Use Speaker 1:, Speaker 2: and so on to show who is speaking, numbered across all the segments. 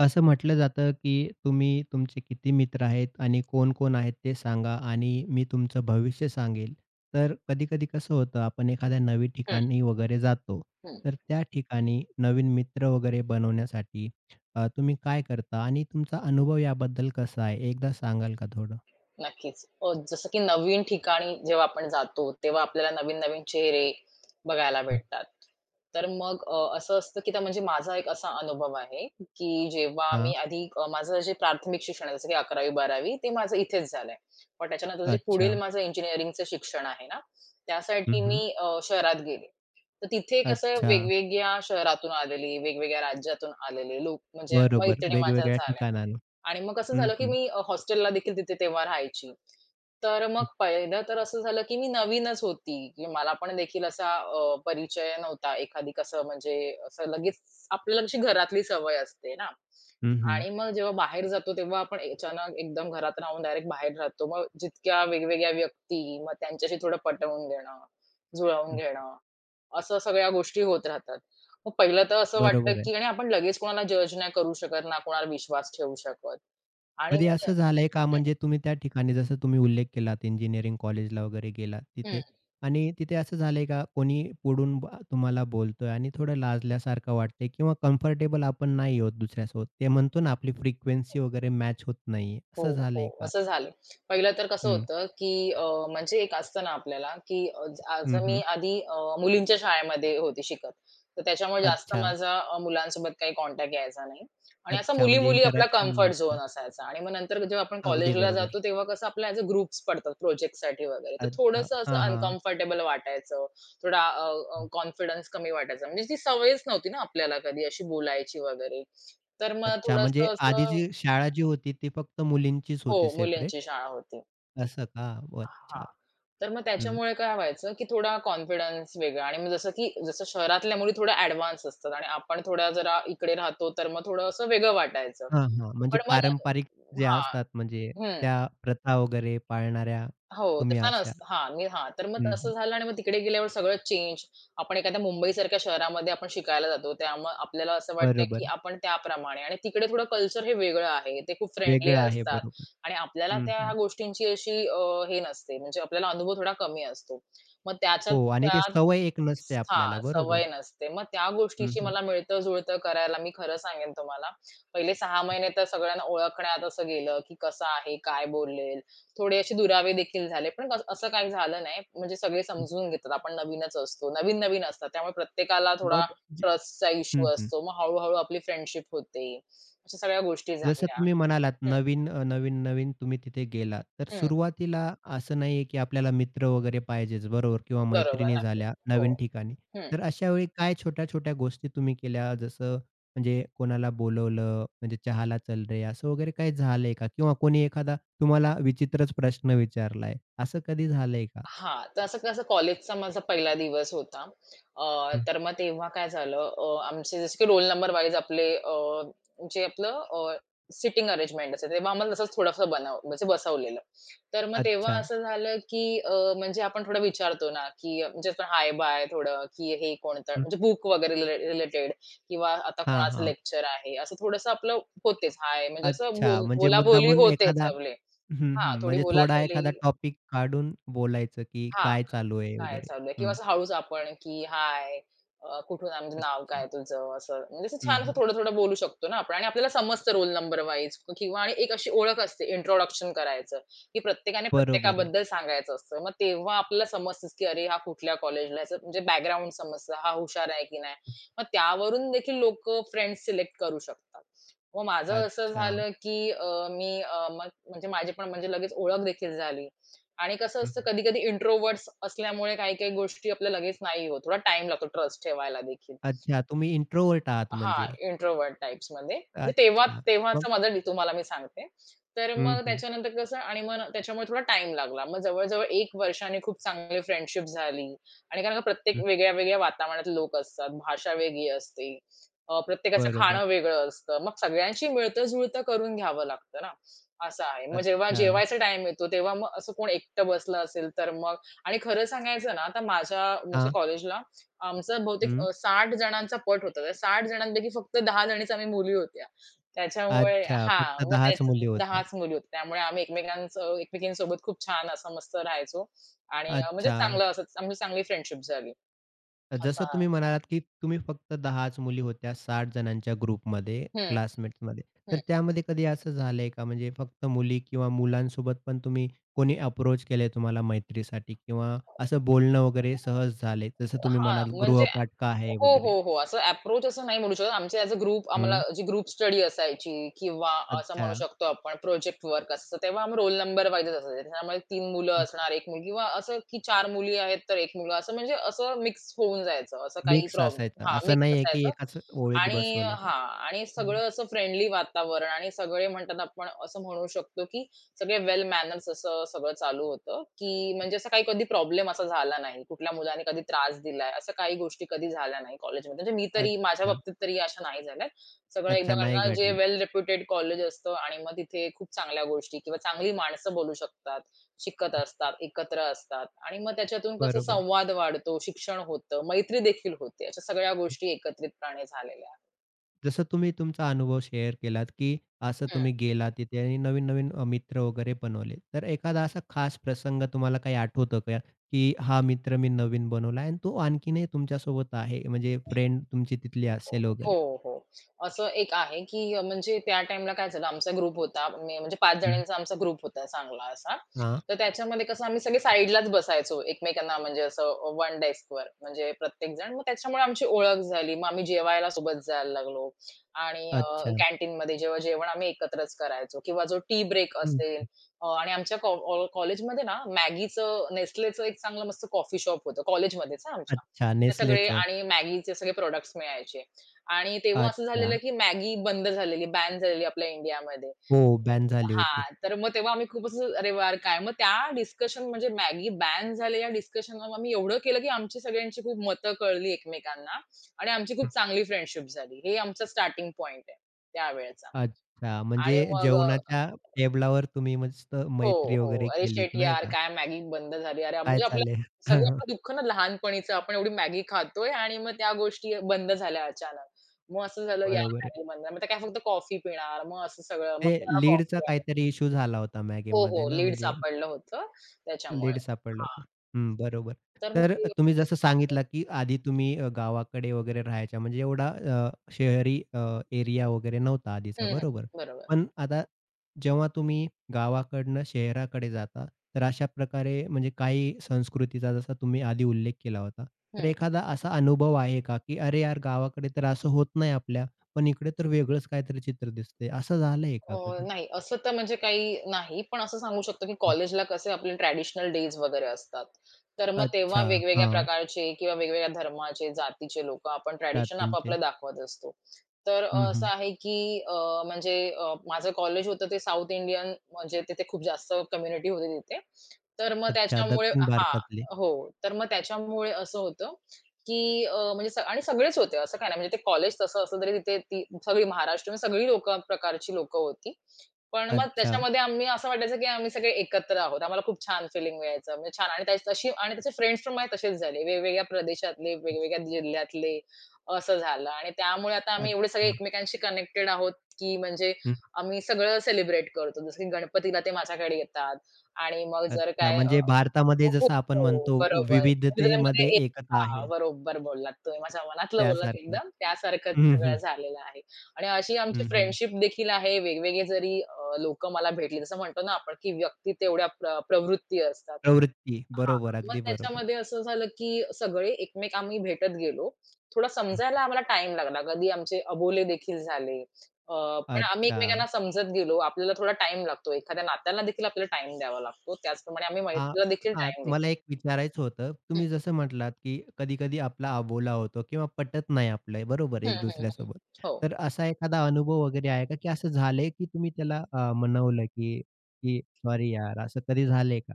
Speaker 1: असं म्हटलं जातं, की तुम्ही तुमचे किती मित्र आहेत आणि कोण-कोण आहेत ते सांगा आणि मी तुमचं भविष्य सांगेल. तर कधी-कधी कसं होतं आपण एखाद्या नवीन
Speaker 2: हं,
Speaker 1: ठिकाणी वगैरे जातो.
Speaker 2: हं.
Speaker 1: तर त्या ठिकाणी नवीन मित्र वगैरे बनवण्यासाठी तुम्ही काय करता आणि तुमचा अनुभव याबद्दल कसा आहे? एकदा सांगाल का थोडं?
Speaker 2: नक्कीच. जसं की नवीन ठिकाणी जेव्हा आपण जातो, तेव्हा आपल्याला नवीन-नवीन चेहरे बघायला
Speaker 1: हं.
Speaker 2: भेटतात. तर मग असं असतं की त्या म्हणजे माझा एक असा अनुभव आहे, की जेव्हा
Speaker 1: हां,
Speaker 2: मी आधी माझं जे प्राथमिक शिक्षण आहे, जसं की 11वी-12वी ते माझं इथेच झालंय. पण त्याच्यानंतर जे
Speaker 1: अच्छा.
Speaker 2: पुढील माझं इंजिनिअरिंगचं शिक्षण आहे ना,
Speaker 1: हं,
Speaker 2: त्यासाठी
Speaker 1: हं.
Speaker 2: मी शहरात गेले. तर तिथे कसं
Speaker 1: अच्छा,
Speaker 2: वेगवेगळ्या शहरातून आलेली, वेगवेगळ्या राज्यातून आलेले लोक म्हणजे
Speaker 1: बरोबर.
Speaker 2: मैत्रिणी माझ्या
Speaker 1: वेगवेगळ्या
Speaker 2: झाल्या.
Speaker 1: ठिकाणांना.
Speaker 2: आणि मग कसं
Speaker 1: हं,
Speaker 2: झालं, की
Speaker 1: हं.
Speaker 2: मी हॉस्टेलला देखील तिथे तेव्हा राहायची. तर मग
Speaker 1: हं.
Speaker 2: पहिलं तर असं झालं, की मी नवीनच होती, की मला पण देखील असा परिचय नव्हता. एखादी कसं म्हणजे असं लगेच आपल्याला कशी घरातली सवय असते ना
Speaker 1: हं,
Speaker 2: आणि मग जेव्हा बाहेर जातो तेव्हा आपण अचानक एकदम घरात राहून डायरेक्ट बाहेर राहतो. मग जितक्या वेगवेगळ्या व्यक्ती, मग त्यांच्याशी थोडं पटवून घेणं, जुळवून घेणं, असं सगळ्या गोष्टी होत राहतात. मग पहिलं तर असं वाटलं,
Speaker 1: बरोबर आहे.
Speaker 2: की आणि आपण लगेच कोणाला जज नाही करू शकत ना कोणाला विश्वास ठेवू शकत. आणि
Speaker 1: कधी
Speaker 2: मग
Speaker 1: असं झालंय का म्हणजे तुम्ही त्या ठिकाणी जसं तुम्ही उल्लेख केलात इंजिनिअरिंग कॉलेजला वगैरे गेलात
Speaker 2: हं, हं.
Speaker 1: तिथे आणि तिथे असं झालंय का कोणी पुढून तुम्हाला बोलतोय आणि थोडं लाजल्यासारखं वाटतंय किंवा कम्फर्टेबल आपण नाही होत दुसऱ्यासोबत ते म्हणतो ना आपली फ्रिक्वेन्सी वगैरे मॅच होत नाहीये
Speaker 2: हो,
Speaker 1: असं
Speaker 2: हो.
Speaker 1: झालंय का?
Speaker 2: असं झालं. पहिलं तर कसं
Speaker 1: हं,
Speaker 2: होतं, की म्हणजे एक असतं ना आपल्याला, की आज
Speaker 1: हं,
Speaker 2: मी
Speaker 1: हं.
Speaker 2: आधी मुलींच्या शाळेमध्ये होती शिकत. तर त्याच्यामुळे जास्त
Speaker 1: अच्छा,
Speaker 2: माझा मुलांसोबत काही कॉन्टॅक्ट यायचा नाही. आणि असा
Speaker 1: अच्छा म्हणजे
Speaker 2: मुली-मुली आपला
Speaker 1: इंटरॅक्शन
Speaker 2: कम्फर्ट झोन
Speaker 1: नव्हतं.
Speaker 2: असायचा. आणि मग नंतर जेव्हा आपण
Speaker 1: अगदी
Speaker 2: कॉलेजला
Speaker 1: बरोबर.
Speaker 2: जातो, तेव्हा कसं आपल्या ॲज अ ग्रुप्स पडतात प्रोजेक्टसाठी वगैरे. तर
Speaker 1: अच्छा.
Speaker 2: थोडंसं
Speaker 1: हां,
Speaker 2: असं
Speaker 1: हां.
Speaker 2: अनकम्फर्टेबल वाटायचं. थोडा कॉन्फिडन्स कमी वाटायचा. म्हणजे ती सवयच नव्हती ना आपल्याला कधी अशी बोलायची वगैरे. तर मग
Speaker 1: अच्छा म्हणजे
Speaker 2: थोडंसं
Speaker 1: आधी
Speaker 2: असं
Speaker 1: जी शाळा जी होती ती फक्त मुलींचीच
Speaker 2: हो,
Speaker 1: होती सेपरेट?
Speaker 2: मुलींची शाळा होती.
Speaker 1: असं का?
Speaker 2: हां.
Speaker 1: अच्छा.
Speaker 2: तर मग
Speaker 1: हं.
Speaker 2: त्याच्यामुळे काय व्हायचं, की थोडा कॉन्फिडन्स वेगळा आणि मग जसं की जसं शहरातल्या मुली थोड्या ॲडव्हान्स असतात आणि आपण थोड्या जरा इकडे राहतो, तर मग थोडं असं वेगळं वाटायचं.
Speaker 1: हां, हां. म्हणजे
Speaker 2: पण मग
Speaker 1: पारंपरिक जे
Speaker 2: हां.
Speaker 1: असतात म्हणजे
Speaker 2: हं.
Speaker 1: त्या प्रथा वगैरे पाळणाऱ्या
Speaker 2: हो,
Speaker 1: तुम्ही
Speaker 2: तसं
Speaker 1: असाल.
Speaker 2: नसतं. हां, मी हां, तर मग
Speaker 1: हं,
Speaker 2: तसं
Speaker 1: हं.
Speaker 2: झालं आणि मग तिकडे गेल्यावर सगळं चेंज. आपण एखाद्या मुंबईसारख्या शहरामध्ये आपण शिकायला जातो. त्यामुळे आपल्याला असं वाटतं, की
Speaker 1: बरोबर.
Speaker 2: आपण त्याप्रमाणे आणि तिकडे थोडं कल्चर हे वेगळं आहे. ते खूप फ्रेंडली
Speaker 1: वेगळं आहे
Speaker 2: असतात
Speaker 1: बरोबर.
Speaker 2: आणि आपल्याला
Speaker 1: हं,
Speaker 2: त्या
Speaker 1: हं.
Speaker 2: गोष्टींची अशी हे नसते म्हणजे आपल्याला अनुभव थोडा कमी असतो. मग त्याच्यात
Speaker 1: हो आणि
Speaker 2: त्या
Speaker 1: ते सवय एक नसते आपल्याला
Speaker 2: हां,
Speaker 1: बरोबर.
Speaker 2: सवय नसते. मग त्या
Speaker 1: हं,
Speaker 2: गोष्टीशी
Speaker 1: हं.
Speaker 2: मला मिळतं-जुळतं करायला मी खरं सांगेन तुम्हाला, पहिले 6 महिने तर सगळ्यांना ओळखण्यात असं गेलं, की कसं आहे, काय बोलेल, थोडे असे दुरावे देखील झाले. पण कसं असं काही झालं नाही, म्हणजे सगळे
Speaker 1: हं.
Speaker 2: समजून घेतात. आपण नवीनच असतो, नवीन-नवीन असतात. त्यामुळे प्रत्येकाला थोडा
Speaker 1: मग जे
Speaker 2: ट्रस्टचा
Speaker 1: हं,
Speaker 2: इश्यू
Speaker 1: हं.
Speaker 2: असतो. मग हळू आपली फ्रेंडशिप होते. अशा सगळ्या गोष्टी
Speaker 1: जसं
Speaker 2: झाल्या.
Speaker 1: तुम्ही म्हणालात
Speaker 2: हं,
Speaker 1: नवीन नवीन-नवीन तुम्ही तिथे गेलात, तर
Speaker 2: हं.
Speaker 1: सुरुवातीला असं नाहीये, की आपल्याला मित्र वगैरे पाहिजेच बरोबर किंवा
Speaker 2: बरोबर.
Speaker 1: मैत्रिणी
Speaker 2: नक्की.
Speaker 1: झाल्या
Speaker 2: हो.
Speaker 1: नवीन ठिकाणी.
Speaker 2: हं.
Speaker 1: तर अशा वेळी काय छोट्या-छोट्या गोष्टी तुम्ही केल्या जसं म्हणजे कोणाला बोलवलं, म्हणजे चहाला चल रे, असं वगैरे काही झालंय का? किंवा कोणी एखादा तुम्हाला विचित्रच प्रश्न विचारलाय, असं कधी झालंय का?
Speaker 2: हां, तर असं कसं कॉलेजचा माझा पहिला दिवस होता.
Speaker 1: हं.
Speaker 2: तर मग तेव्हा काय झालं आमचे जसे की रोल नंबर वाईज आपले जे आपलं सिटिंग अरेंजमेंट असेल, तेव्हा आम्हाला तसंच थोडंसं बनव म्हणजे बसवलेलं. तर मग तेव्हा
Speaker 1: अच्छा.
Speaker 2: असं झालं की म्हणजे आपण थोडं विचारतो ना, की म्हणजे आपण हाय-बाय थोडं, की हे कोणतं
Speaker 1: हं.
Speaker 2: म्हणजे बुक वगैरे रिलेटेड किंवा आता
Speaker 1: हां,
Speaker 2: कोणाचं
Speaker 1: हां.
Speaker 2: लेक्चर आहे, असं थोडंसं आपलं होतेच हाय म्हणजे असं
Speaker 1: अच्छा, म्हणजे
Speaker 2: बोलाबोली
Speaker 1: मुद्दामून
Speaker 2: होतेच
Speaker 1: एखादा
Speaker 2: आपले
Speaker 1: हं,
Speaker 2: हां,
Speaker 1: हं.
Speaker 2: थोडी
Speaker 1: म्हणजे थोडा
Speaker 2: बोलाचाली
Speaker 1: एखादा टॉपिक काढून बोलायचं, की
Speaker 2: हां,
Speaker 1: काय चालू आहे
Speaker 2: काय
Speaker 1: वगैरे.
Speaker 2: चालू आहे? किंवा
Speaker 1: हं.
Speaker 2: असं हळूच आपण की हाय, कुठून आहे? म्हणजे नाव काय
Speaker 1: अच्छा.
Speaker 2: तुझं? असं म्हणजे असं
Speaker 1: हं,
Speaker 2: छान असं
Speaker 1: हं.
Speaker 2: थोडं-थोडं बोलू शकतो ना आपण आणि आपल्याला समजतं रोल नंबर वाईज किंवा आणि एक अशी ओळख असते इंट्रोडक्शन करायचं, की प्रत्येकाने
Speaker 1: बरोबर आहे.
Speaker 2: प्रत्येकाबद्दल सांगायचं असतं. मग तेव्हा आपल्याला समजतंच की अरे, हा कुठल्या कॉलेजला याचं म्हणजे बॅकग्राऊंड समजतं, हा हुशार आहे की नाही. मग त्यावरून देखील लोकं फ्रेंड्स सिलेक्ट करू शकतात. मग माझं असं
Speaker 1: अच्छा.
Speaker 2: झालं की मी मग म्हणजे माझी पण म्हणजे लगेच ओळख देखील झाली. आणि कसं
Speaker 1: हं.
Speaker 2: असतं कधी-कधी इंट्रोव्हर्ट्स असल्यामुळे काही-काही गोष्टी आपल्या लगेच नाही होत. थोडा टाइम लागतो ट्रस्ट ठेवायला देखील.
Speaker 1: अच्छा, तुम्ही इंट्रोव्हर्ट आहात
Speaker 2: हां,
Speaker 1: म्हणजे.
Speaker 2: इंट्रोव्हर्ट टाइप्समध्ये. म्हणजे
Speaker 1: अच्छा. मग
Speaker 2: तेव्हाचं माझं तुम्हाला मी सांगते. तर
Speaker 1: हं,
Speaker 2: मग
Speaker 1: हं,
Speaker 2: त्याच्यानंतर कसं आणि मग त्याच्यामुळे थोडा टाईम लागला. मग जवळ-जवळ 1 वर्षाने खूप चांगली फ्रेंडशिप झाली आणि कारण का प्रत्येक
Speaker 1: हं.
Speaker 2: वेगळ्या-वेगळ्या वातावरणात लोक असतात, भाषा वेगळी असते. प्रत्येकाचं
Speaker 1: बरोबर.
Speaker 2: खाणं वेगळं असतं. मग सगळ्यांशी मिळतं-जुळतं करून घ्यावं लागतं ना, असं आहे. मग जेव्हा
Speaker 1: अच्छा.
Speaker 2: जेवायचा टाईम येतो, तेव्हा मग असं कोण एकटं बसलं असेल तर मग आणि खरं सांगायचं ना, आता माझ्या म्हणजे
Speaker 1: हां.
Speaker 2: कॉलेजला आमचा बहुतेक
Speaker 1: हं.
Speaker 2: 60 जणांचा पट होता. तर 60 जणांपैकी फक्त 10 जणीच आम्ही मुली होत्या. त्याच्यामुळे
Speaker 1: अच्छा.
Speaker 2: हां,
Speaker 1: फक्त
Speaker 2: मग
Speaker 1: 10च
Speaker 2: त्याच
Speaker 1: मुली होत्या.
Speaker 2: 10च मुली होत्या. त्यामुळे आम्ही एकमेकांचं एकमेकींसोबत खूप छान असं मस्त राहायचो आणि म्हणजे
Speaker 1: अच्छा.
Speaker 2: चांगलं असंच आमची चांगली फ्रेंडशिप झाली.
Speaker 1: जसं
Speaker 2: असा
Speaker 1: तुम्ही म्हणालात, की तुम्ही फक्त 10च मुली होत्या 60 जणांच्या ग्रुपमध्ये,
Speaker 2: हं, हं.
Speaker 1: क्लासमेट्समध्ये. तर त्यामध्ये कधी असं झालंय का? म्हणजे फक्त मुली किंवा मुलांसोबत पण तुम्ही कोणी अप्रोच केलंय तुम्हाला मैत्रीसाठी किंवा असं बोलणं वगैरे सहज झालंय? जसं तुम्ही
Speaker 2: हां,
Speaker 1: म्हणाल
Speaker 2: म्हणजे
Speaker 1: गृहपाठ का आहे
Speaker 2: हो,
Speaker 1: वगैरे?
Speaker 2: हो, हो. असं अप्रोच असं नाही म्हणू शकत. आमचे ॲज अ ग्रुप आम्हाला
Speaker 1: हं.
Speaker 2: जी ग्रुप स्टडी असायची किंवा असं
Speaker 1: अच्छा.
Speaker 2: म्हणू शकतो आपण प्रोजेक्ट वर्क असतं, तेव्हा आम्ही रोल नंबर वाईजच असायचे. त्यामुळे 3 मुलं असणार, 1 मुलगी किंवा असं की 4 मुली आहेत तर 1 मुलगा असं म्हणजे असं मिक्स होऊन जायचं. असं काही
Speaker 1: मिक्स
Speaker 2: प्रॉब्लेम
Speaker 1: असायचा.
Speaker 2: हां,
Speaker 1: असं
Speaker 2: मिक्स
Speaker 1: नाहीये की
Speaker 2: असायचं
Speaker 1: एकाच ओळीत
Speaker 2: आणि
Speaker 1: बसवले तर.
Speaker 2: हां आणि
Speaker 1: हं.
Speaker 2: सगळं असं फ्रेंडली वातावरण आणि सगळे म्हणतात आपण असं म्हणू शकतो की सगळे वेल मॅनर्स असं सगळं चालू होतं, की म्हणजे असा काही कधी प्रॉब्लेम असा झाला नाही. कुठल्या मुलाने कधी त्रास दिलाय, असं काही गोष्टी कधी झाल्या नाही कॉलेजमध्ये. म्हणजे मी तरी माझ्या
Speaker 1: अच्छा.
Speaker 2: बाबतीत तरी अशा नाही झाल्यात. सगळं एकदम
Speaker 1: अच्छा.
Speaker 2: आहे
Speaker 1: नाही
Speaker 2: ना, जे
Speaker 1: घडलं.
Speaker 2: वेल रेप्युटेड कॉलेज असतं आणि मग तिथे खूप चांगल्या गोष्टी किंवा चांगली माणसं बोलू शकतात, शिकत असतात, एकत्र असतात आणि मग त्याच्यातून कसं
Speaker 1: बरोबर.
Speaker 2: संवाद वाढतो, शिक्षण होतं, मैत्री देखील होते. अशा सगळ्या गोष्टी एकत्रितपणे झालेल्या.
Speaker 1: जसं तुम्ही तुमचा अनुभव शेअर केलात, की असं तुम्ही गेला तिथे आणि नवीन-नवीन मित्र वगैरे बनवले. तर एखादा असा खास प्रसंग तुम्हाला काही आठवतो का? की हा मित्र मी नवीन बनवला आणि तो आणखीनही तुमच्यासोबत आहे म्हणजे फ्रेंड तुमची तिथली असेल
Speaker 2: हो,
Speaker 1: वगैरे?
Speaker 2: हो. असं एक आहे, की म्हणजे त्या टाईमला काय झालं आमचा ग्रुप होता. मी म्हणजे 5
Speaker 1: हं.
Speaker 2: जणांचा आमचा ग्रुप होता चांगला असा.
Speaker 1: हां.
Speaker 2: तर त्याच्यामध्ये कसं आम्ही सगळे साइडलाच बसायचो एकमेकांना म्हणजे असं वन डेस्कवर म्हणजे प्रत्येक जण. मग त्याच्यामुळे आमची ओळख झाली. मग आम्ही जेवायला सोबत जायला लागलो आणि
Speaker 1: अच्छा.
Speaker 2: कॅन्टीनमध्ये जेव्हा जेवण आम्ही एकत्रच करायचो किंवा जो टी ब्रेक
Speaker 1: हं.
Speaker 2: असेल आणि आमच्या कॉलेजमध्ये ना Maggiचं, Nestleचं एक चांगलं मस्त कॉफी शॉप होतं. कॉलेजमध्येच आमच्या.
Speaker 1: अच्छा
Speaker 2: ते सगळे
Speaker 1: Nestleचं.
Speaker 2: आणि Maggiचे सगळे प्रॉडक्ट्स मिळायचे. आणि तेव्हा असं
Speaker 1: अच्छा.
Speaker 2: झालेलं, की मॅगी बंद झालेली, बॅन झालेली आपल्या इंडियामध्ये.
Speaker 1: हो, बॅन झाली होती.
Speaker 2: हां, तर मग तेव्हा आम्ही खूप असं "अरे वाह! काय?" मग त्या डिस्कशन म्हणजे मॅगी बॅन झाले या डिस्कशनवर आम्ही एवढं केलं, की आमची सगळ्यांची खूप मतं कळली एकमेकांना आणि आमची
Speaker 1: हं.
Speaker 2: खूप चांगली फ्रेंडशिप झाली. हे आमचा स्टार्टिंग पॉइंट आहे त्यावेळेचा
Speaker 1: अच्छा. म्हणजे
Speaker 2: आणि मग
Speaker 1: जेवणाच्या टेबलावर तुम्ही मस्त
Speaker 2: हो,
Speaker 1: मैत्री
Speaker 2: हो.
Speaker 1: वगैरे
Speaker 2: "अरे
Speaker 1: केलीत
Speaker 2: शिट
Speaker 1: नाही
Speaker 2: यार!
Speaker 1: का?
Speaker 2: काय मॅगी बंद झाली." अरे
Speaker 1: काय
Speaker 2: म्हणजे आपलं
Speaker 1: चाललंय?
Speaker 2: सगळं आपलं दुःख ना लहानपणीचं आपण एवढी मॅगी खातोय आणि मग त्या गोष्टी बंद झाल्या अचानक. मग असं झालं यार
Speaker 1: बरोबर आहे.
Speaker 2: मॅगी बंद झाली. मग ते काय फक्त कॉफी पिणार. मग असं सगळं मग
Speaker 1: ते
Speaker 2: कोणाला
Speaker 1: लीडचा
Speaker 2: कॉफी हवी
Speaker 1: काहीतरी इश्यू झाला होता
Speaker 2: हो,
Speaker 1: मॅगीमध्ये
Speaker 2: हो.
Speaker 1: ना,
Speaker 2: लीड
Speaker 1: म्हणजे
Speaker 2: सापडलं होतं त्याच्यामुळे.
Speaker 1: लीड सापडला
Speaker 2: हां.
Speaker 1: होता. हं, बरोबर.
Speaker 2: तर मग
Speaker 1: तर
Speaker 2: ते
Speaker 1: तुम्ही जसं सांगितलं, की आधी तुम्ही गावाकडे वगैरे राहायच्या म्हणजे एवढा शहरी एरिया वगैरे नव्हता आधीचा,
Speaker 2: हं, हं.
Speaker 1: बरोबर.
Speaker 2: बरोबर.
Speaker 1: पण आता जेव्हा तुम्ही गावाकडनं शहराकडे जाता, तर अशा प्रकारे म्हणजे काही संस्कृतीचा जसा तुम्ही आधी उल्लेख केला होता. तर
Speaker 2: हं.
Speaker 1: एखादा असा अनुभव आहे का, की "अरे यार, गावाकडे तर असं होत नाही आपल्या, पण इकडे तर वेगळंच काहीतरी चित्र दिसतंय." असं झालंय का कधी?
Speaker 2: नाही, असं तर म्हणजे काही नाही. पण असं सांगू शकतो, की कॉलेजला कसे आपले ट्रॅडिशनल डेज वगैरे असतात. तर मग तेव्हा
Speaker 1: अच्छा,
Speaker 2: वेगवेगळ्या
Speaker 1: हां.
Speaker 2: प्रकारचे किंवा वेगवेगळ्या धर्माचे, जातीचे लोकं आपण ट्रॅडिशन
Speaker 1: प्राचीनचे.
Speaker 2: आपापलं दाखवत असतो. तर
Speaker 1: हं,
Speaker 2: असं
Speaker 1: हं.
Speaker 2: आहे, की म्हणजे माझं कॉलेज होतं ते साउथ इंडियन म्हणजे तिथे खूप जास्त कम्युनिटी होती तिथे. तर मग
Speaker 1: अच्छा,
Speaker 2: त्याच्यामुळे
Speaker 1: दक्षिण
Speaker 2: हां.
Speaker 1: भारतातले.
Speaker 2: हो. तर मग त्याच्यामुळे असं होतं, की म्हणजे आणि सगळेच होते असं काही नाही. म्हणजे ते कॉलेज तसं असलं तरी तिथे ती सगळी महाराष्ट्रीयन सगळी लोकं प्रकारची लोकं होती. पण मग
Speaker 1: अच्छा,
Speaker 2: त्याच्यामध्ये आम्ही असं वाटायचं, की आम्ही सगळे एकत्र आहोत. आम्हाला खूप छान फिलिंग मिळायचं. म्हणजे छान आणि त्या तशी आणि त्याचे फ्रेंड्स पण माझे तसेच झाले. वेगवेगळ्या प्रदेशातले, वेगवेगळ्या जिल्ह्यातले असं झालं आणि त्यामुळे आता आम्ही एवढे सगळे
Speaker 1: अच्छा.
Speaker 2: एकमेकांशी कनेक्टेड आहोत, की म्हणजे
Speaker 1: हं.
Speaker 2: आम्ही सगळं सेलिब्रेट करतो. जसं की गणपतीला ते माझ्याकडे येतात आणि मग जर
Speaker 1: अच्छा,
Speaker 2: काय
Speaker 1: म्हणजे भारतामध्ये
Speaker 2: हो,
Speaker 1: जसं आपण
Speaker 2: हो.
Speaker 1: म्हणतो
Speaker 2: बरोबर.
Speaker 1: विविधतेमध्ये
Speaker 2: गुजरातमध्ये एक
Speaker 1: एकता
Speaker 2: हां,
Speaker 1: आहे,
Speaker 2: बरोबर बोललात तुम्ही. माझ्या मनातलं बोललात
Speaker 1: त्यासारखं.
Speaker 2: एकदम. त्यासारखंच
Speaker 1: हं,
Speaker 2: सगळं
Speaker 1: हं.
Speaker 2: झालेलं आहे. आणि अशी आमची
Speaker 1: हं, हं.
Speaker 2: फ्रेंडशिप देखील आहे. वेगवेगळे जरी लोकं मला भेटली, जसं म्हणतो ना आपण, की व्यक्ती तेवढ्या प्रवृत्ती असतात.
Speaker 1: प्रवृत्ती.
Speaker 2: हां.
Speaker 1: बरोबर,
Speaker 2: मग
Speaker 1: अगदी बरोबर.
Speaker 2: त्याच्यामध्ये असं झालं, की सगळे एकमेक आम्ही भेटत गेलो. थोडा
Speaker 1: हं.
Speaker 2: समजायला आम्हाला टाईम लागला. कधी आमचे अबोले देखील झाले. अ, पण आम्ही
Speaker 1: अच्छा.
Speaker 2: एकमेकांना समजत गेलो. आपल्याला थोडा टाईम लागतो. एखाद्या नात्याला देखील आपल्याला टाईम द्यावा लागतो. त्याचप्रमाणे आम्ही
Speaker 1: हां,
Speaker 2: मैत्रीला देखील
Speaker 1: हां.
Speaker 2: टाईम दिला.
Speaker 1: मला एक विचारायचं होतं.
Speaker 2: हं,
Speaker 1: तुम्ही जसं म्हटलात, की कधी-कधी आपला अबोला होतो किंवा पटत नाही आपलं बरोबर
Speaker 2: हं,
Speaker 1: एक
Speaker 2: हं, हं.
Speaker 1: दुसऱ्यासोबत.
Speaker 2: हो.
Speaker 1: तर असा एखादा अनुभव वगैरे आहे का, की असं झालंय की तुम्ही त्याला म्हणवलं की की "सॉरी यार" असं कधी झालंय का?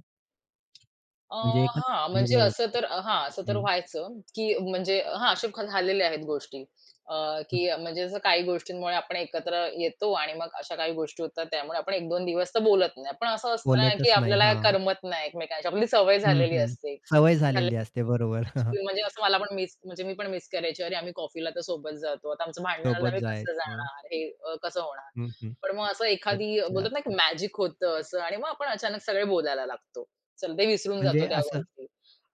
Speaker 2: अ,
Speaker 1: म्हणजे एखादा
Speaker 2: हां, म्हणजे
Speaker 1: अनुभव
Speaker 2: असं तर
Speaker 1: वगैरे?
Speaker 2: हां, असं तर
Speaker 1: हं,
Speaker 2: व्हायचं, की म्हणजे हां, असे झालेले आहेत गोष्टी. अ, की
Speaker 1: हं.
Speaker 2: म्हणजे असं काही गोष्टींमुळे आपण एकत्र येतो आणि मग अशा काही गोष्टी होतात त्यामुळे आपण 1-2 दिवस तर बोलत नाही. पण असं असतं ना, की
Speaker 1: बोलतच नाही.
Speaker 2: आपल्याला
Speaker 1: हां.
Speaker 2: करमत नाही एकमेकांशी. आपली सवय
Speaker 1: हं,
Speaker 2: झालेली
Speaker 1: हं.
Speaker 2: असते.
Speaker 1: सवय झालेली असते बरोबर.
Speaker 2: ॲक्चुअली म्हणजे असं मला पण मिस म्हणजे मी पण मिस करायची. अरे, आम्ही कॉफीला तर सोबत जातो. आता आमचं भांडण झालं तर
Speaker 1: सोबत
Speaker 2: आम्ही कसं
Speaker 1: जायचं.
Speaker 2: जाणार? हे कसं होणार?
Speaker 1: हं, हं.
Speaker 2: पण मग असं एखादी
Speaker 1: अच्छा.
Speaker 2: बोलतात ना की मॅजिक होतं असं आणि मग आपण अचानक सगळे बोलायला लागतो. चल, ते विसरून
Speaker 1: म्हणजे
Speaker 2: जातो त्या
Speaker 1: असं
Speaker 2: गोष्टी.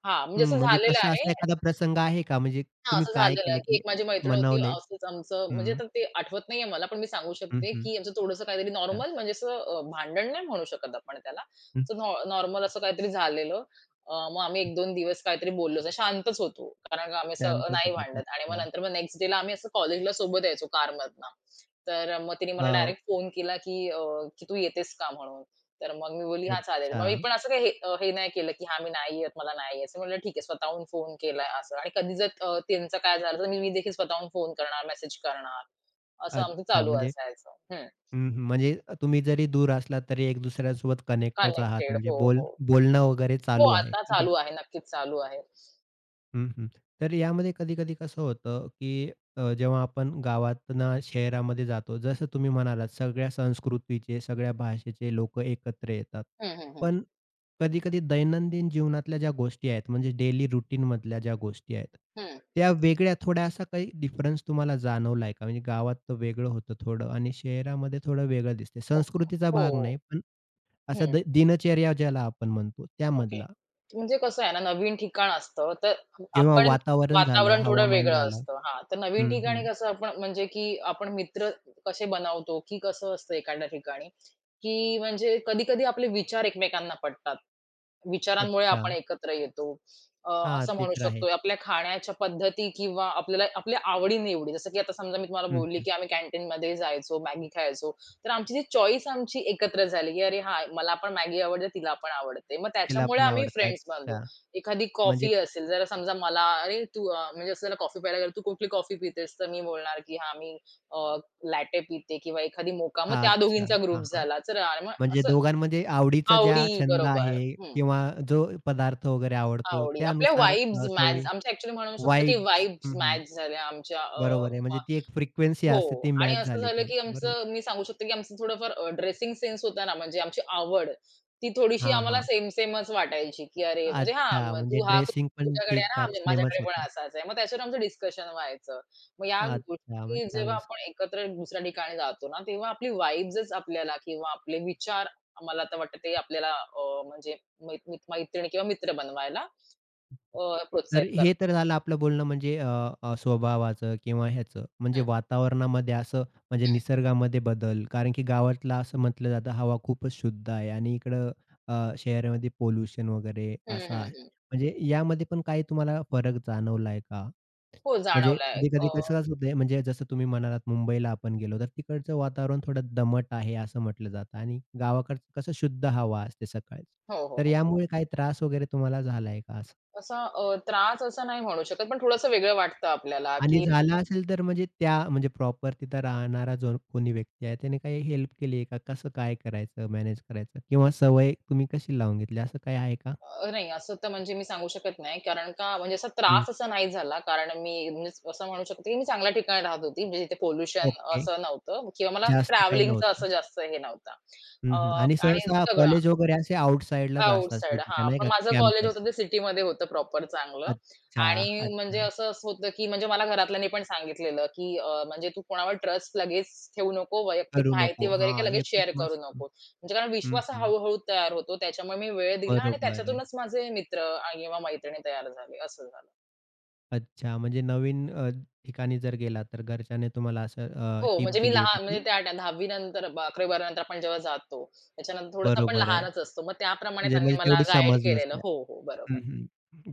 Speaker 2: हां, म्हणजे
Speaker 1: हं,
Speaker 2: असं
Speaker 1: म्हणजे
Speaker 2: झालेलं
Speaker 1: कसं
Speaker 2: आहे.
Speaker 1: असा एखादा प्रसंग आहे का? म्हणजे
Speaker 2: हां,
Speaker 1: तुम्ही
Speaker 2: असं
Speaker 1: काय
Speaker 2: झालेलं आहे,
Speaker 1: केलं
Speaker 2: की एक
Speaker 1: की
Speaker 2: माझी मैत्रीण होती.
Speaker 1: म्हणवलंय?
Speaker 2: असंच आमचं म्हणजे
Speaker 1: हं.
Speaker 2: आता ते आठवत नाहीये मला, पण मी सांगू
Speaker 1: हं,
Speaker 2: शकते,
Speaker 1: हं.
Speaker 2: की आमचं थोडंसं काहीतरी
Speaker 1: अच्छा.
Speaker 2: नॉर्मल म्हणजे असं भांडण नाही म्हणू शकत आपण त्याला.
Speaker 1: हं,
Speaker 2: असं नॉर्मल असं काहीतरी झालेलं. मग आम्ही
Speaker 1: हं.
Speaker 2: 1-2 दिवस काहीतरी बोललोच नाही, शांतच होतो. कारण आम्ही असं
Speaker 1: शांतच
Speaker 2: नाही
Speaker 1: होतात.
Speaker 2: भांडत आणि मग
Speaker 1: अच्छा.
Speaker 2: नंतर मग नेक्स्ट डेला आम्ही असं कॉलेजला सोबत यायचो कारमधनं. तर मग तिने मला
Speaker 1: हो.
Speaker 2: डायरेक्ट फोन केला, की की "तू येतेस का?" म्हणून. तर मग मी बोलली, "हां, चालेल."
Speaker 1: अच्छा.
Speaker 2: मग मी पण असं काही हे हे नाही केलं, की "हां, मी नाही येत, मला नाही यायचं." म्हटलं, "ठीक आहे." स्वतःहून फोन केलाय असं आणि कधी जर त्यांचं काय झालं, तर मी मी देखील स्वतःहून फोन करणार, मेसेज करणार. असं आमचं
Speaker 1: अच्छा.
Speaker 2: चालू
Speaker 1: म्हणजे
Speaker 2: असायचं. हं.
Speaker 1: हं, हं. म्हणजे तुम्ही जरी दूर असलात तरी एक दुसऱ्यासोबत कनेक्टेड आहात.
Speaker 2: कनेक्टेड.
Speaker 1: म्हणजे
Speaker 2: हो, हो.
Speaker 1: बोलणं वगैरे
Speaker 2: हो,
Speaker 1: चालू आहे.
Speaker 2: आता
Speaker 1: ठीक आहे.
Speaker 2: चालू आहे. नक्कीच चालू आहे.
Speaker 1: हं, हं. तर यामध्ये कधी-कधी कसं होतं, की जेव्हा आपण गावातना शहरामध्ये जातो, जसं तुम्ही म्हणालात, सगळ्या संस्कृतीचे, सगळ्या भाषेचे लोकं एकत्र येतात.
Speaker 2: हं, हं, हं.
Speaker 1: पण कधी-कधी दैनंदिन जीवनातल्या ज्या गोष्टी आहेत, म्हणजे डेली रूटीनमधल्या ज्या गोष्टी आहेत,
Speaker 2: हं.
Speaker 1: त्या वेगळ्या थोड्या असा काही डिफरन्स तुम्हाला जाणवला का? म्हणजे गावात तर वेगळं होतं थोडं आणि शहरामध्ये थोडं वेगळं दिसते. संस्कृतीचा
Speaker 2: हो.
Speaker 1: भाग नाही, पण असं
Speaker 2: हं.
Speaker 1: दिनचर्या ज्याला आपण म्हणतो
Speaker 2: ओके.
Speaker 1: त्यामधला
Speaker 2: म्हणजे कसं आहे ना, नवीन ठिकाण असतं, तर
Speaker 1: किंवा
Speaker 2: आपण
Speaker 1: वातावरण झालं,
Speaker 2: वातावरण थोडं
Speaker 1: हवामान
Speaker 2: वेगळं
Speaker 1: झालं.
Speaker 2: असतं. हां, तर नवीन
Speaker 1: हं, हं.
Speaker 2: ठिकाणी कसं आपण म्हणजे की आपण मित्र कसे बनवतो, की कसं असतं एखाद्या ठिकाणी, की म्हणजे कधी-कधी आपले विचार एकमेकांना पटतात. विचारांमुळे
Speaker 1: अच्छा.
Speaker 2: आपण एकत्र येतो.
Speaker 1: हां,
Speaker 2: असं
Speaker 1: ते
Speaker 2: म्हणू
Speaker 1: तर
Speaker 2: शकतो.
Speaker 1: आहेच.
Speaker 2: आपल्या खाण्याच्या पद्धती किंवा आपल्याला आपल्या आवडी-निवडी. जसं की आता समजा मी तुम्हाला
Speaker 1: हं,
Speaker 2: बोलली,
Speaker 1: हं.
Speaker 2: की आम्ही कॅन्टीनमध्ये जायचो, मॅगी खायचो. तर आमची ती चॉईस आमची एकत्र झाली, की "अरे हां, मला पण मॅगी आवडते, तिला पण आवडते." मग
Speaker 1: तिला
Speaker 2: त्याच्यामुळे
Speaker 1: पण
Speaker 2: आम्ही
Speaker 1: आवडते.
Speaker 2: फ्रेंड्स बनलो.
Speaker 1: अच्छा.
Speaker 2: एखादी
Speaker 1: म्हणजे
Speaker 2: कॉफी असेल, जरा समजा मला "अरे तू" म्हणजे असं कॉफी प्यायला गेलो, "तू कुठली कॉफी पितेस?" तर मी बोलणार, की "हां, मी लॅटे पिते किंवा एखादी मोका." मग
Speaker 1: हां,
Speaker 2: त्या
Speaker 1: अच्छा.
Speaker 2: दोघींचा
Speaker 1: हां,
Speaker 2: ग्रुप
Speaker 1: हां.
Speaker 2: झाला. चला मग
Speaker 1: म्हणजे
Speaker 2: असं
Speaker 1: दोघांमध्ये आवडीचा
Speaker 2: आवडी
Speaker 1: ज्या छंद आहे
Speaker 2: बरोबर. हं.
Speaker 1: किंवा जो पदार्थ वगैरे आवडतो
Speaker 2: आवडी. आपल्या
Speaker 1: त्यानुसार
Speaker 2: वाइब्स मॅच
Speaker 1: सवयी,
Speaker 2: आमच्या ॲक्चुअली म्हणू शकतो, की
Speaker 1: वाइब्स
Speaker 2: वाइब्स
Speaker 1: हं, हं.
Speaker 2: मॅच झाल्या आमच्या
Speaker 1: बरोबर आहे.
Speaker 2: अ,
Speaker 1: म्हणजे ती एक फ्रिक्वेन्सी
Speaker 2: हो.
Speaker 1: असते ती
Speaker 2: आणि
Speaker 1: मॅच
Speaker 2: असं
Speaker 1: झाली
Speaker 2: झालं, की
Speaker 1: तुमची. बरोबर.
Speaker 2: आमचं मी सांगू शकते, की आमचं थोडंफार ड्रेसिंग सेन्स होता ना, म्हणजे आमची आवड, ती थोडीशी
Speaker 1: हां,
Speaker 2: आम्हाला
Speaker 1: हां.
Speaker 2: सेम सेमच वाटायची, की अरे म्हणजे हां,
Speaker 1: अच्छा.
Speaker 2: मग
Speaker 1: म्हणजे
Speaker 2: तू हा कर-
Speaker 1: ड्रेसिंग पण
Speaker 2: तुझ्याकडे आहे ना,
Speaker 1: ठीक-ठाक
Speaker 2: म्हणजे
Speaker 1: सेमच
Speaker 2: माझ्याकडे पण
Speaker 1: होतं.
Speaker 2: असाच आहे. मग त्याच्यावर आमचं डिस्कशन व्हायचं. मग या
Speaker 1: अच्छा. मग
Speaker 2: गोष्टी जेव्हा
Speaker 1: त्यानुसार
Speaker 2: आपण एकत्र दुसऱ्या ठिकाणी जातो ना, तेव्हा आपली वाइब्सच आपल्याला किंवा आपले विचार मला तर वाटतं ते आपल्याला म्हणजे मै मै- मैत्रिणी किंवा मित्र बनवायला
Speaker 1: तर
Speaker 2: प्रोत्साहित करा.
Speaker 1: हे तर झालं आपलं बोलणं म्हणजे स्वभावाचं किंवा ह्याचं.
Speaker 2: हं.
Speaker 1: म्हणजे वातावरणामध्ये असं म्हणजे निसर्गामध्ये बदल, कारण की गावातला असं म्हटलं जातं हवा खूपच शुद्ध आहे आणि इकडं शहरामध्ये पोल्युशन वगैरे
Speaker 2: हं,
Speaker 1: असा
Speaker 2: हं,
Speaker 1: आहे.
Speaker 2: हं.
Speaker 1: म्हणजे यामध्ये पण काही तुम्हाला फरक जाणवलाय का?
Speaker 2: हो
Speaker 1: म्हणजे
Speaker 2: जाणवलाय.
Speaker 1: कधी-कधी कसंच होतंय म्हणजे जसं तुम्ही म्हणालात मुंबईला आपण गेलो, तर तिकडचं वातावरण थोडं दमट आहे असं म्हटलं जातं आणि गावाकडचं कसं शुद्ध हवा असते सकाळची.
Speaker 2: हो, हो,
Speaker 1: तर
Speaker 2: हो.
Speaker 1: यामुळे काही त्रास वगैरे तुम्हाला झालाय का
Speaker 2: असा त्रास असं नाही म्हणू शकत, पण थोडंसं वेगळं वाटतं आपल्याला,
Speaker 1: आणि
Speaker 2: की
Speaker 1: झाला असेल तर म्हणजे त्या म्हणजे प्रॉपर तिथं राहणारा जो कोणी व्यक्ती आहे त्याने काही हेल्प केली आहे का? कसं काय करायचं, मॅनेज करायचं किंवा सवय तुम्ही कशी लावून घेतली असं काही आहे का?
Speaker 2: नाही असं तर म्हणजे मी सांगू शकत नाही. कारण का म्हणजे असा
Speaker 1: हं.
Speaker 2: त्रास असा नाही झाला. कारण मी म्हणजे असं म्हणू शकते, की मी चांगल्या ठिकाणी राहत होती. म्हणजे तिथे पोल्युशन
Speaker 1: ओके.
Speaker 2: असं नव्हतं किंवा मला ट्रॅव्हलिंगचं असं
Speaker 1: जास्त काही नव्हतं.
Speaker 2: जास्त हे नव्हतं.
Speaker 1: हं, हं. आणि
Speaker 2: आणि
Speaker 1: सहसा
Speaker 2: सगळं
Speaker 1: कॉलेज वगैरे असे आउटसाइडलाच असतात
Speaker 2: आउटसाइड
Speaker 1: सिटीच्या
Speaker 2: हां.
Speaker 1: नाही
Speaker 2: पण
Speaker 1: का
Speaker 2: माझं कॉलेज
Speaker 1: कॅम्पस.
Speaker 2: होतं ते सिटीमध्ये होतं प्रॉपर चांगलं
Speaker 1: अच्छा,
Speaker 2: आणि म्हणजे
Speaker 1: अच्छा.
Speaker 2: असं असं होतं, की म्हणजे मला घरातल्यांनी पण सांगितलेलं, की म्हणजे "तू कोणावर ट्रस्ट लगेच ठेवू नको. वैयक्तिक
Speaker 1: करू
Speaker 2: माहिती
Speaker 1: नको.
Speaker 2: वगैरे
Speaker 1: हां,
Speaker 2: काही
Speaker 1: हे
Speaker 2: लगेच
Speaker 1: खूप
Speaker 2: शेअर करू
Speaker 1: मस्त.
Speaker 2: नको." म्हणजे कारण
Speaker 1: हं,
Speaker 2: विश्वास हा
Speaker 1: हं.
Speaker 2: हळू तयार होतो. त्याच्यामुळे मी वेळ दिला आणि
Speaker 1: बरोबर आहे.
Speaker 2: त्याच्यातूनच माझे मित्र आणि किंवा मैत्रिणी तयार झाले, असं झालं.
Speaker 1: अच्छा, म्हणजे नवीन ठिकाणी जर गेला तर घरच्याने तुम्हाला असं
Speaker 2: हो,
Speaker 1: टिप
Speaker 2: म्हणजे मी
Speaker 1: दिली होती
Speaker 2: लहान म्हणजे
Speaker 1: की
Speaker 2: त्या 10वी नंतर 11वी-12वी नंतर आपण जेव्हा जातो, त्याच्यानंतर थोडंसं आपण
Speaker 1: बरोबर आहे.
Speaker 2: लहानच असतो. मग त्याप्रमाणे
Speaker 1: म्हणजे
Speaker 2: त्यांनी
Speaker 1: म्हणजे
Speaker 2: मला
Speaker 1: तेवढी
Speaker 2: गाईड
Speaker 1: समज
Speaker 2: केलेलं.
Speaker 1: नसते.
Speaker 2: हो, हो.
Speaker 1: हं,
Speaker 2: बरोबर.
Speaker 1: हं.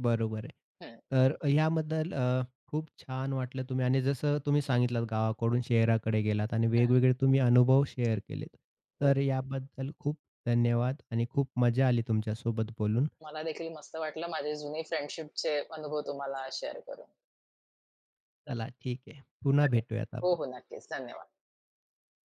Speaker 1: बरोबर आहे.
Speaker 2: हं,
Speaker 1: तर ह्याबद्दल खूप छान वाटलं तुम्ही आणि जसं तुम्ही सांगितलात गावाकडून शहराकडे गेलात आणि
Speaker 2: हं.
Speaker 1: वेगवेगळे तुम्ही अनुभव शेअर केलेत.
Speaker 2: हो.
Speaker 1: तर याबद्दल खूप धन्यवाद आणि खूप मजा आली तुमच्यासोबत बोलून.
Speaker 2: मला देखील मस्त वाटलं. माझे जुने फ्रेंडशिपचे अनुभव तुम्हाला शेअर करून.
Speaker 1: चला ठीक आहे. पुन्हा
Speaker 2: धन्य
Speaker 1: भेटूयात
Speaker 2: हो,
Speaker 1: आपण.
Speaker 2: हो. नक्कीच. धन्यवाद.